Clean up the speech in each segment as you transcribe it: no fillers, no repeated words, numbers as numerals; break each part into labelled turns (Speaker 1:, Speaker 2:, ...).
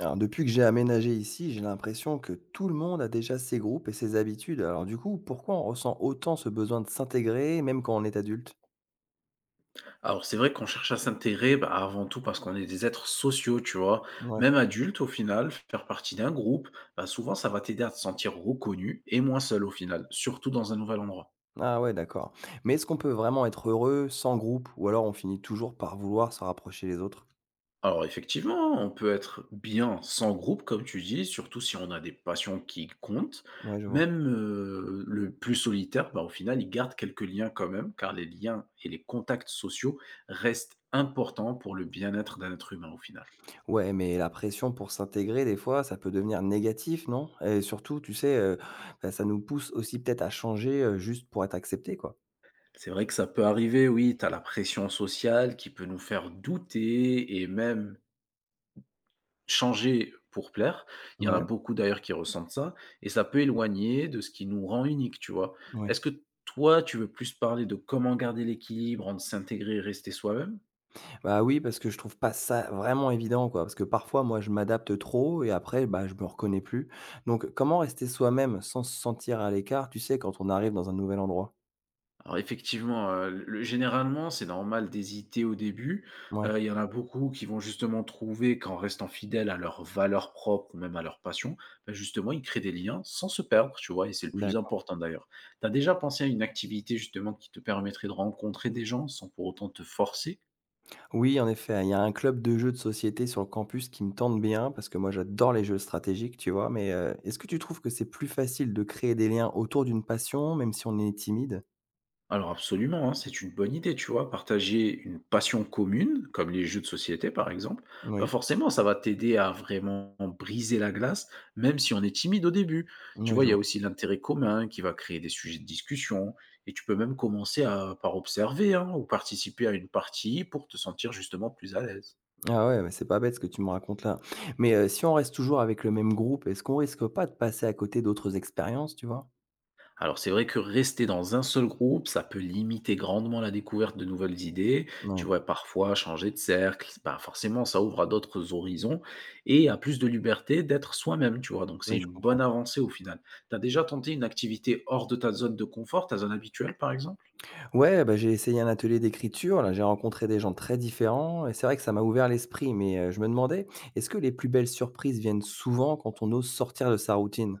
Speaker 1: Alors, depuis que j'ai aménagé ici, j'ai l'impression que tout le monde a déjà ses groupes et ses habitudes. Alors, du coup, pourquoi on ressent autant ce besoin de s'intégrer, même quand on est adulte?
Speaker 2: Alors, c'est vrai qu'on cherche à s'intégrer, bah, avant tout parce qu'on est des êtres sociaux, tu vois.
Speaker 1: Ouais.
Speaker 2: Même adulte, au final, faire partie d'un groupe, bah, souvent, ça va t'aider à te sentir reconnu et moins seul au final, surtout dans un nouvel endroit.
Speaker 1: Ah ouais, d'accord. Mais est-ce qu'on peut vraiment être heureux sans groupe, ou alors on finit toujours par vouloir se rapprocher des autres?
Speaker 2: Alors, effectivement, on peut être bien sans groupe, comme tu dis, surtout si on a des passions qui comptent.
Speaker 1: Ouais, je vois.
Speaker 2: Même le plus solitaire, bah, au final, il garde quelques liens quand même, car les liens et les contacts sociaux restent importants pour le bien-être d'un être humain au final.
Speaker 1: Ouais, mais la pression pour s'intégrer, des fois, ça peut devenir négatif, non? Et surtout, tu sais, bah, ça nous pousse aussi peut-être à changer juste pour être accepté, quoi.
Speaker 2: C'est vrai que ça peut arriver, oui, tu as la pression sociale qui peut nous faire douter et même changer pour plaire. Il y en a
Speaker 1: Ouais.
Speaker 2: beaucoup d'ailleurs qui ressentent ça et ça peut éloigner de ce qui nous rend unique, tu vois?
Speaker 1: Ouais.
Speaker 2: Est-ce que toi, tu veux plus parler de comment garder l'équilibre entre s'intégrer et rester soi-même?
Speaker 1: Bah, oui, parce que je trouve pas ça vraiment évident, quoi. Parce que parfois, moi, je m'adapte trop et après, bah, je me reconnais plus. Donc, comment rester soi-même sans se sentir à l'écart, tu sais, quand on arrive dans un nouvel endroit?
Speaker 2: Alors effectivement, le généralement, c'est normal d'hésiter au début.
Speaker 1: Ouais,
Speaker 2: Il y en a beaucoup qui vont justement trouver qu'en restant fidèles à leurs valeurs propres ou même à leur passion, bah, justement, ils créent des liens sans se perdre, tu vois? Et c'est le plus
Speaker 1: d'accord.
Speaker 2: important d'ailleurs. Tu as déjà pensé à une activité justement qui te permettrait de rencontrer des gens sans pour autant te forcer?
Speaker 1: Oui, en effet, il y a un club de jeux de société sur le campus qui me tente bien parce que moi, j'adore les jeux stratégiques, tu vois. Mais est-ce que tu trouves que c'est plus facile de créer des liens autour d'une passion, même si on est timide?
Speaker 2: Alors absolument, hein, c'est une bonne idée, tu vois. Partager une passion commune, comme les jeux de société par exemple, bah
Speaker 1: Oui.
Speaker 2: forcément, ça va t'aider à vraiment briser la glace, même si on est timide au début. Tu
Speaker 1: Oui,
Speaker 2: vois, il
Speaker 1: je
Speaker 2: y a
Speaker 1: vois.
Speaker 2: aussi l'intérêt commun qui va créer des sujets de discussion, et tu peux même commencer à, par observer hein, ou participer à une partie pour te sentir justement plus à l'aise.
Speaker 1: Ah ouais, mais c'est pas bête ce que tu me racontes là. Mais si on reste toujours avec le même groupe, est-ce qu'on risque pas de passer à côté d'autres expériences, tu vois?
Speaker 2: Alors c'est vrai que rester dans un seul groupe, ça peut limiter grandement la découverte de nouvelles idées. Tu
Speaker 1: Oui,
Speaker 2: vois, parfois changer de cercle, bah forcément ça ouvre à d'autres horizons et à plus de liberté d'être soi-même, tu vois. Donc c'est
Speaker 1: oui, je
Speaker 2: une bonne
Speaker 1: comprends.
Speaker 2: avancée au final. T'as déjà tenté une activité hors de ta zone de confort, ta zone habituelle par exemple?
Speaker 1: Ouais, bah, j'ai essayé un atelier d'écriture, là, j'ai rencontré des gens très différents et c'est vrai que ça m'a ouvert l'esprit, mais je me demandais, est-ce que les plus belles surprises viennent souvent quand on ose sortir de sa routine?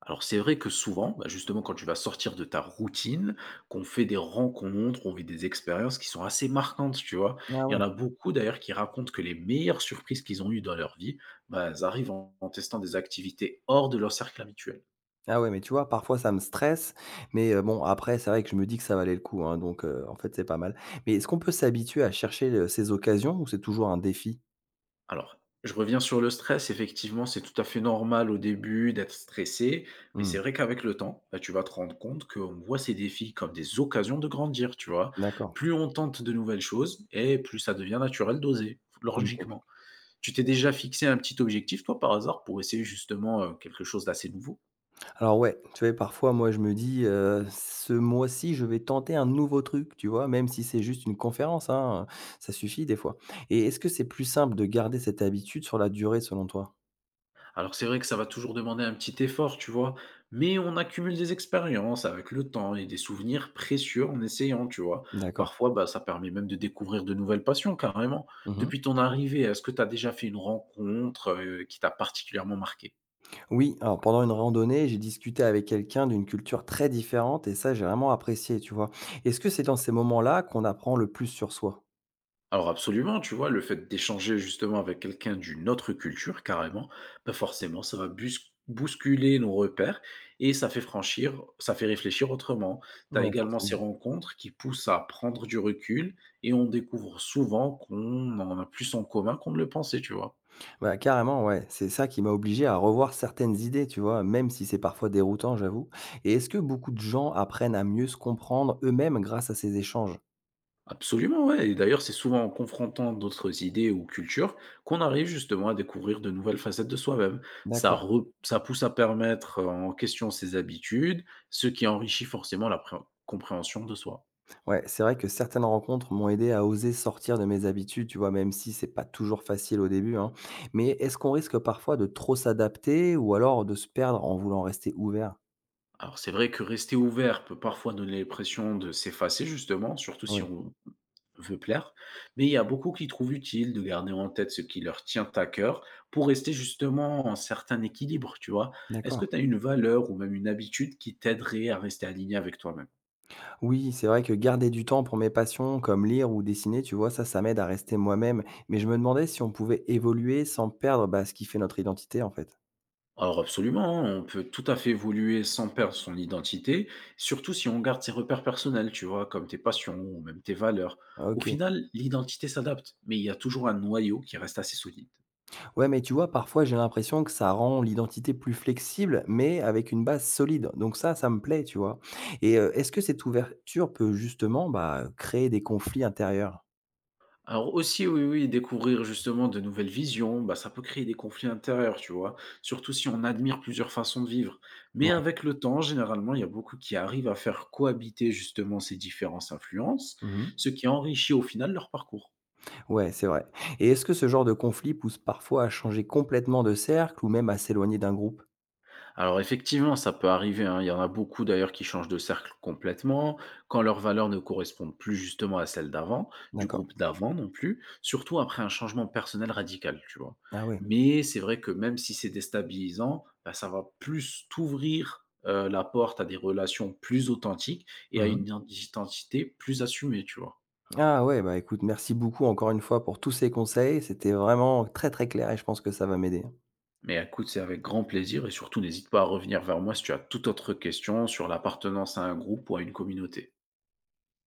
Speaker 2: Alors c'est vrai que souvent, bah, justement quand tu vas sortir de ta routine, qu'on fait des rencontres, on vit des expériences qui sont assez marquantes, tu vois?
Speaker 1: Ah
Speaker 2: Il y en
Speaker 1: ouais.
Speaker 2: a beaucoup d'ailleurs qui racontent que les meilleures surprises qu'ils ont eues dans leur vie, bah, elles arrivent en testant des activités hors de leur cercle habituel.
Speaker 1: Ah ouais, mais tu vois, parfois ça me stresse, mais bon, après, c'est vrai que je me dis que ça valait le coup, hein, donc en fait, c'est pas mal. Mais est-ce qu'on peut s'habituer à chercher, ces occasions ou c'est toujours un défi?
Speaker 2: Alors, je reviens sur le stress, effectivement, c'est tout à fait normal au début d'être stressé, mais c'est
Speaker 1: Mmh,
Speaker 2: vrai qu'avec le temps, bah, tu vas te rendre compte qu'on voit ces défis comme des occasions de grandir, tu vois?
Speaker 1: d'accord.
Speaker 2: Plus on tente de nouvelles choses et plus ça devient naturel d'oser, logiquement. Tu t'es déjà fixé un petit objectif, toi, par hasard, pour essayer justement quelque chose d'assez nouveau?
Speaker 1: Alors ouais, tu vois, parfois, moi, je me dis, ce mois-ci, je vais tenter un nouveau truc, tu vois? Même si c'est juste une conférence, hein, ça suffit des fois, et est-ce que c'est plus simple de garder cette habitude sur la durée, selon toi?
Speaker 2: Alors c'est vrai que ça va toujours demander un petit effort, tu vois, mais on accumule des expériences avec le temps et des souvenirs précieux en essayant, tu vois.
Speaker 1: D'accord.
Speaker 2: Parfois, bah, ça permet même de découvrir de nouvelles passions, carrément.
Speaker 1: Mmh.
Speaker 2: Depuis ton arrivée, est-ce que tu as déjà fait une rencontre, qui t'a particulièrement marqué?
Speaker 1: Oui, alors pendant une randonnée, j'ai discuté avec quelqu'un d'une culture très différente et ça, j'ai vraiment apprécié, tu vois? Est-ce que c'est dans ces moments-là qu'on apprend le plus sur soi?
Speaker 2: Alors absolument, tu vois, le fait d'échanger justement avec quelqu'un d'une autre culture, carrément, bah forcément, ça va bousculer nos repères et ça fait franchir, ça fait réfléchir autrement. Tu as
Speaker 1: Non
Speaker 2: également ces
Speaker 1: forcément.
Speaker 2: rencontres qui poussent à prendre du recul et on découvre souvent qu'on en a plus en commun qu'on ne le pensait, tu vois.
Speaker 1: Bah, carrément, ouais. C'est ça qui m'a obligé à revoir certaines idées, tu vois, même si c'est parfois déroutant, j'avoue. Et est-ce que beaucoup de gens apprennent à mieux se comprendre eux-mêmes grâce à ces échanges?
Speaker 2: Absolument, ouais. Et d'ailleurs, c'est souvent en confrontant d'autres idées ou cultures qu'on arrive justement à découvrir de nouvelles facettes de soi-même.
Speaker 1: D'accord.
Speaker 2: Ça pousse à permettre en question ses habitudes, ce qui enrichit forcément la compréhension de soi.
Speaker 1: Ouais, c'est vrai que certaines rencontres m'ont aidé à oser sortir de mes habitudes, tu vois, même si c'est pas toujours facile au début, hein. Mais est-ce qu'on risque parfois de trop s'adapter ou alors de se perdre en voulant rester ouvert?
Speaker 2: Alors c'est vrai que rester ouvert peut parfois donner l'impression de s'effacer justement, surtout si
Speaker 1: Oui,
Speaker 2: on veut plaire, mais il y a beaucoup qui trouvent utile de garder en tête ce qui leur tient à cœur pour rester justement en certain équilibre, tu vois. Est-ce que
Speaker 1: d'accord.
Speaker 2: tu as une valeur ou même une habitude qui t'aiderait à rester aligné avec toi-même?
Speaker 1: Oui, c'est vrai que garder du temps pour mes passions, comme lire ou dessiner, tu vois, ça m'aide à rester moi-même. Mais je me demandais si on pouvait évoluer sans perdre bah, ce qui fait notre identité, en fait.
Speaker 2: Alors absolument, hein, on peut tout à fait évoluer sans perdre son identité, surtout si on garde ses repères personnels, tu vois, comme tes passions ou même tes valeurs. Au
Speaker 1: Ok.
Speaker 2: final, l'identité s'adapte, mais il y a toujours un noyau qui reste assez solide.
Speaker 1: Ouais, mais tu vois, parfois j'ai l'impression que ça rend l'identité plus flexible, mais avec une base solide. Donc ça me plaît, tu vois. Et est-ce que cette ouverture peut justement bah, créer des conflits intérieurs?
Speaker 2: Alors aussi, oui, oui, découvrir justement de nouvelles visions, bah, ça peut créer des conflits intérieurs, tu vois, surtout si on admire plusieurs façons de vivre. Mais
Speaker 1: Ouais.
Speaker 2: avec le temps, généralement, il y a beaucoup qui arrivent à faire cohabiter justement ces différentes influences,
Speaker 1: Mhm.
Speaker 2: ce qui enrichit au final leur parcours.
Speaker 1: Ouais, c'est vrai. Et est-ce que ce genre de conflit pousse parfois à changer complètement de cercle ou même à s'éloigner d'un groupe?
Speaker 2: Alors effectivement, ça peut arriver, hein. Il y en a beaucoup d'ailleurs qui changent de cercle complètement, quand leurs valeurs ne correspondent plus justement à celles d'avant, du
Speaker 1: D'accord.
Speaker 2: groupe d'avant non plus, surtout après un changement personnel radical, tu vois.
Speaker 1: Ah ouais.
Speaker 2: Mais c'est vrai que même si c'est déstabilisant, bah, ça va plus t'ouvrir la porte à des relations plus authentiques et à
Speaker 1: Mhm.
Speaker 2: une identité plus assumée, tu vois.
Speaker 1: Ah ouais, bah écoute, merci beaucoup encore une fois pour tous ces conseils. C'était vraiment très, très clair et je pense que ça va m'aider.
Speaker 2: Mais écoute, c'est avec grand plaisir et surtout n'hésite pas à revenir vers moi si tu as toute autre question sur l'appartenance à un groupe ou à une communauté.